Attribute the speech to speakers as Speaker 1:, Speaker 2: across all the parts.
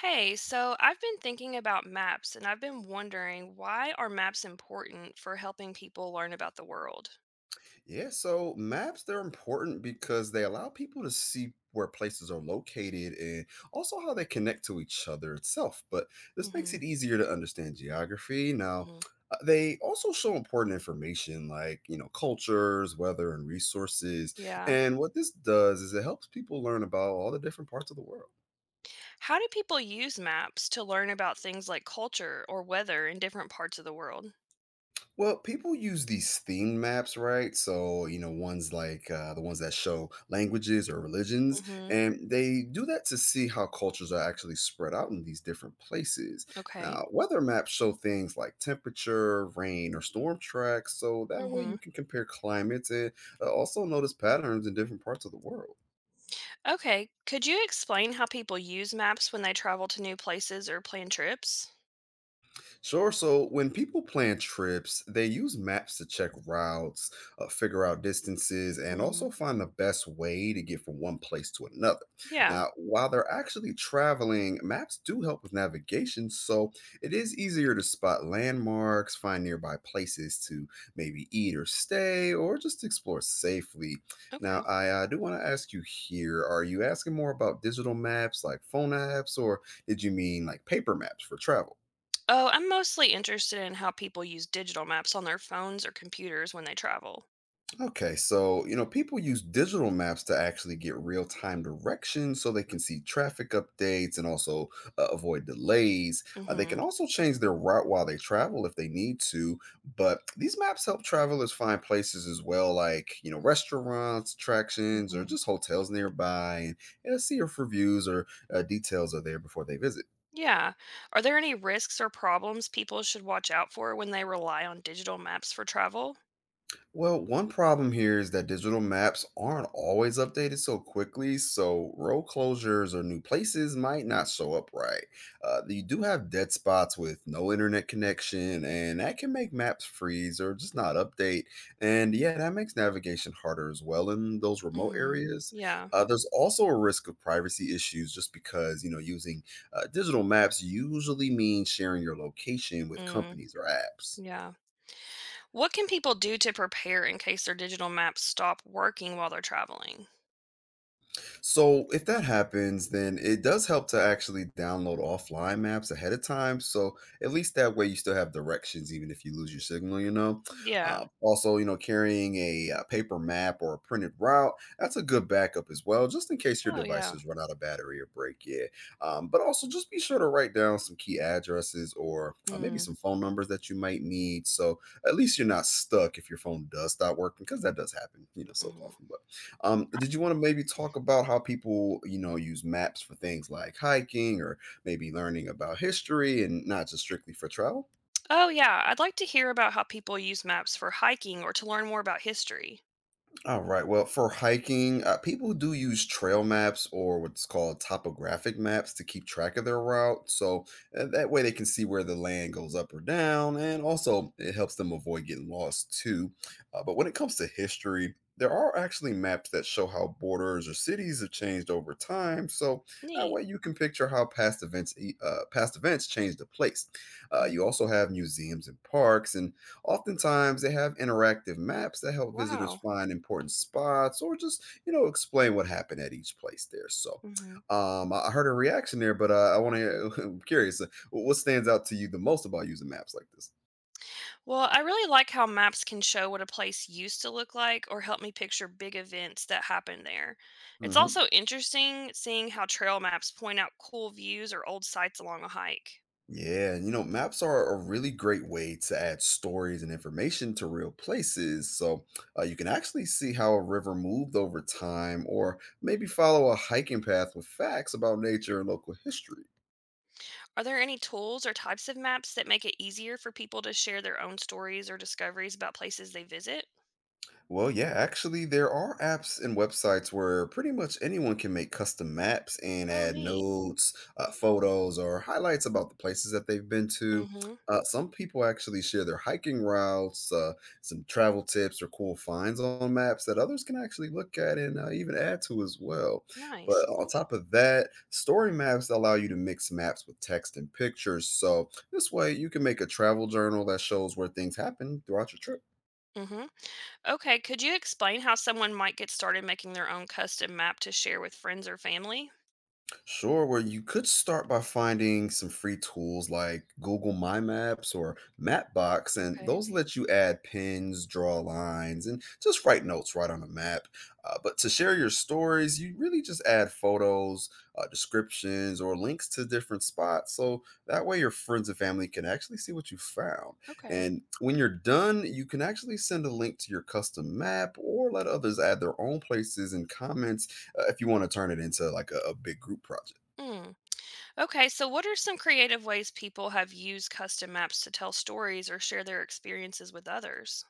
Speaker 1: Hey, so I've been thinking about maps and I've been wondering, why are maps important for helping people learn about the world?
Speaker 2: Yeah, so maps they're important because they allow people to see where places are located and also how they connect to each other itself. But this makes
Speaker 1: Hmm.
Speaker 2: it easier to understand geography. Now,
Speaker 1: Hmm.
Speaker 2: they also show important information like, cultures, weather, and resources.
Speaker 1: Yeah.
Speaker 2: And what this does is it helps people learn about all the different parts of the world.
Speaker 1: How do people use maps to learn about things like culture or weather in different parts of the world?
Speaker 2: Well, people use these theme maps, right? So, ones like the ones that show languages or religions,
Speaker 1: Hmm.
Speaker 2: and they do that to see how cultures are actually spread out in these different places.
Speaker 1: Okay.
Speaker 2: Now, weather maps show things like temperature, rain, or storm tracks, so that way
Speaker 1: Hmm.
Speaker 2: you can compare climates and also notice patterns in different parts of the world.
Speaker 1: Okay. Could you explain how people use maps when they travel to new places or plan trips?
Speaker 2: Sure. So when people plan trips, they use maps to check routes, figure out distances, and
Speaker 1: Hmm.
Speaker 2: also find the best way to get from one place to another.
Speaker 1: Yeah.
Speaker 2: Now, while they're actually traveling, maps do help with navigation. So it is easier to spot landmarks, find nearby places to maybe eat or stay, or just explore safely. Now,
Speaker 1: Okay.
Speaker 2: I do want to ask you here, are you asking more about digital maps like phone apps, or did you mean like paper maps for travel?
Speaker 1: Oh, I'm mostly interested in how people use digital maps on their phones or computers when they travel.
Speaker 2: Okay, so you know, people use digital maps to actually get real time directions so they can see traffic updates and also avoid delays. They can
Speaker 1: Hmm.
Speaker 2: also change their route while they travel if they need to, but these maps help travelers find places as well, like you know, restaurants, attractions, or
Speaker 1: Mhm.
Speaker 2: just hotels nearby, and, see if reviews or details are there before they visit.
Speaker 1: Yeah. Are there any risks or problems people should watch out for when they rely on digital maps for travel?
Speaker 2: Well, one problem here is that digital maps aren't always updated so quickly, so road closures or new places might not show up right. You do have dead spots with no internet connection, and that can make maps freeze or just not update. And yeah, that makes navigation harder as well in those remote
Speaker 1: Hmm.
Speaker 2: areas.
Speaker 1: Yeah.
Speaker 2: There's also a risk of privacy issues just because, you know, using digital maps usually means sharing your location with
Speaker 1: Mm,
Speaker 2: companies or apps.
Speaker 1: yeah. What can people do to prepare in case their digital maps stop working while they're traveling?
Speaker 2: So if that happens, then it does help to actually download offline maps ahead of time. So at least that way you still have directions, even if you lose your signal.
Speaker 1: Yeah.
Speaker 2: Also, you know, carrying a paper map or a printed route, that's a good backup as well, just in case your
Speaker 1: Oh, yeah.
Speaker 2: devices run out of battery or break. Yeah. But also just be sure to write down some key addresses or maybe
Speaker 1: Mm,
Speaker 2: some phone numbers that you might need. So at least you're not stuck if your phone does stop working, because that does happen, you know, so
Speaker 1: mhm.
Speaker 2: often. But did you want to maybe talk about how people, you know, use maps for things like hiking or maybe learning about history and not just strictly for travel?
Speaker 1: Oh, yeah. I'd like to hear about how people use maps for hiking or to learn more about history.
Speaker 2: All right. Well, for hiking, people do use trail maps or what's called topographic maps to keep track of their route. So that way they can see where the land goes up or down. And also, it helps them avoid getting lost too. But when it comes to history, there are actually maps that show how borders or cities have changed over time. So that
Speaker 1: Neat.
Speaker 2: way you can picture how past events past events changed the place. You
Speaker 1: Mm.
Speaker 2: also have museums and parks, and oftentimes, they have interactive maps that help visitors
Speaker 1: Wow.
Speaker 2: find important spots or just, you know, explain what happened at each place there. So,
Speaker 1: Hmm.
Speaker 2: um, I heard a reaction there, but I want to. I'm curious, what stands out to you the most about using maps like this?
Speaker 1: Well, I really like how maps can show what a place used to look like or help me picture big events that happened there. It's
Speaker 2: Hmm.
Speaker 1: also interesting seeing how trail maps point out cool views or old sites along a hike.
Speaker 2: Yeah, and you know, maps are a really great way to add stories and information to real places. So you can actually see how a river moved over time, or maybe follow a hiking path with facts about nature and local history.
Speaker 1: Are there any tools or types of maps that make it easier for people to share their own stories or discoveries about places they visit?
Speaker 2: Well, yeah, actually, there are apps and websites where pretty much anyone can make custom maps and
Speaker 1: Oh,
Speaker 2: add
Speaker 1: neat.
Speaker 2: notes, photos, or highlights about the places that they've been to.
Speaker 1: Mhm.
Speaker 2: Some people actually share their hiking routes, some travel tips, or cool finds on maps that others can actually look at and even add to as well. But
Speaker 1: Nice.
Speaker 2: on top of that, story maps allow you to mix maps with text and pictures. So this way, you can make a travel journal that shows where things happen throughout your trip.
Speaker 1: Mhm. Okay, could you explain how someone might get started making their own custom map to share with friends or family?
Speaker 2: Sure, well, you could start by finding some free tools like Google My Maps or Mapbox, and
Speaker 1: Okay.
Speaker 2: those let you add pins, draw lines, and just write notes right on a map. But to share your stories, you really just add photos, descriptions, or links to different spots. So that way, your friends and family can actually see what you found.
Speaker 1: Okay.
Speaker 2: And when you're done, you can actually send a link to your custom map or let others add their own places and comments if you want to turn it into like a big group project.
Speaker 1: Mm. Okay, so what are some creative ways people have used custom maps to tell stories or share their experiences with others?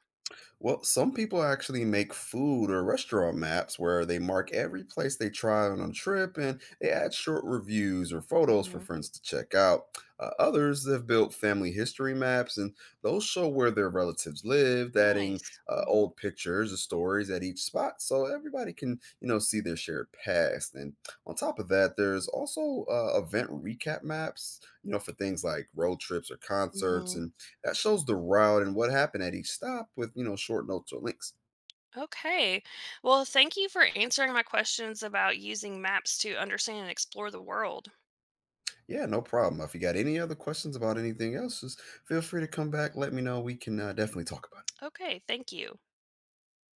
Speaker 2: Well, some people actually make food or restaurant maps where they mark every place they try on a trip and they add short reviews or photos for
Speaker 1: Hmm.
Speaker 2: friends to check out. Others have built family history maps, and those show where their relatives lived, adding
Speaker 1: Nice. Hmm.
Speaker 2: old pictures or stories at each spot so everybody can, you know, see their shared past. And on top of that, there's also event recap maps, you know, for things like road trips or concerts,
Speaker 1: Hmm.
Speaker 2: and that shows the route and what happened at each stop with, you know, short notes or links.
Speaker 1: Okay. Well, thank you for answering my questions about using maps to understand and explore the world.
Speaker 2: Yeah, no problem. If you got any other questions about anything else, just feel free to come back. Let me know. We can definitely talk about it.
Speaker 1: Okay, thank you.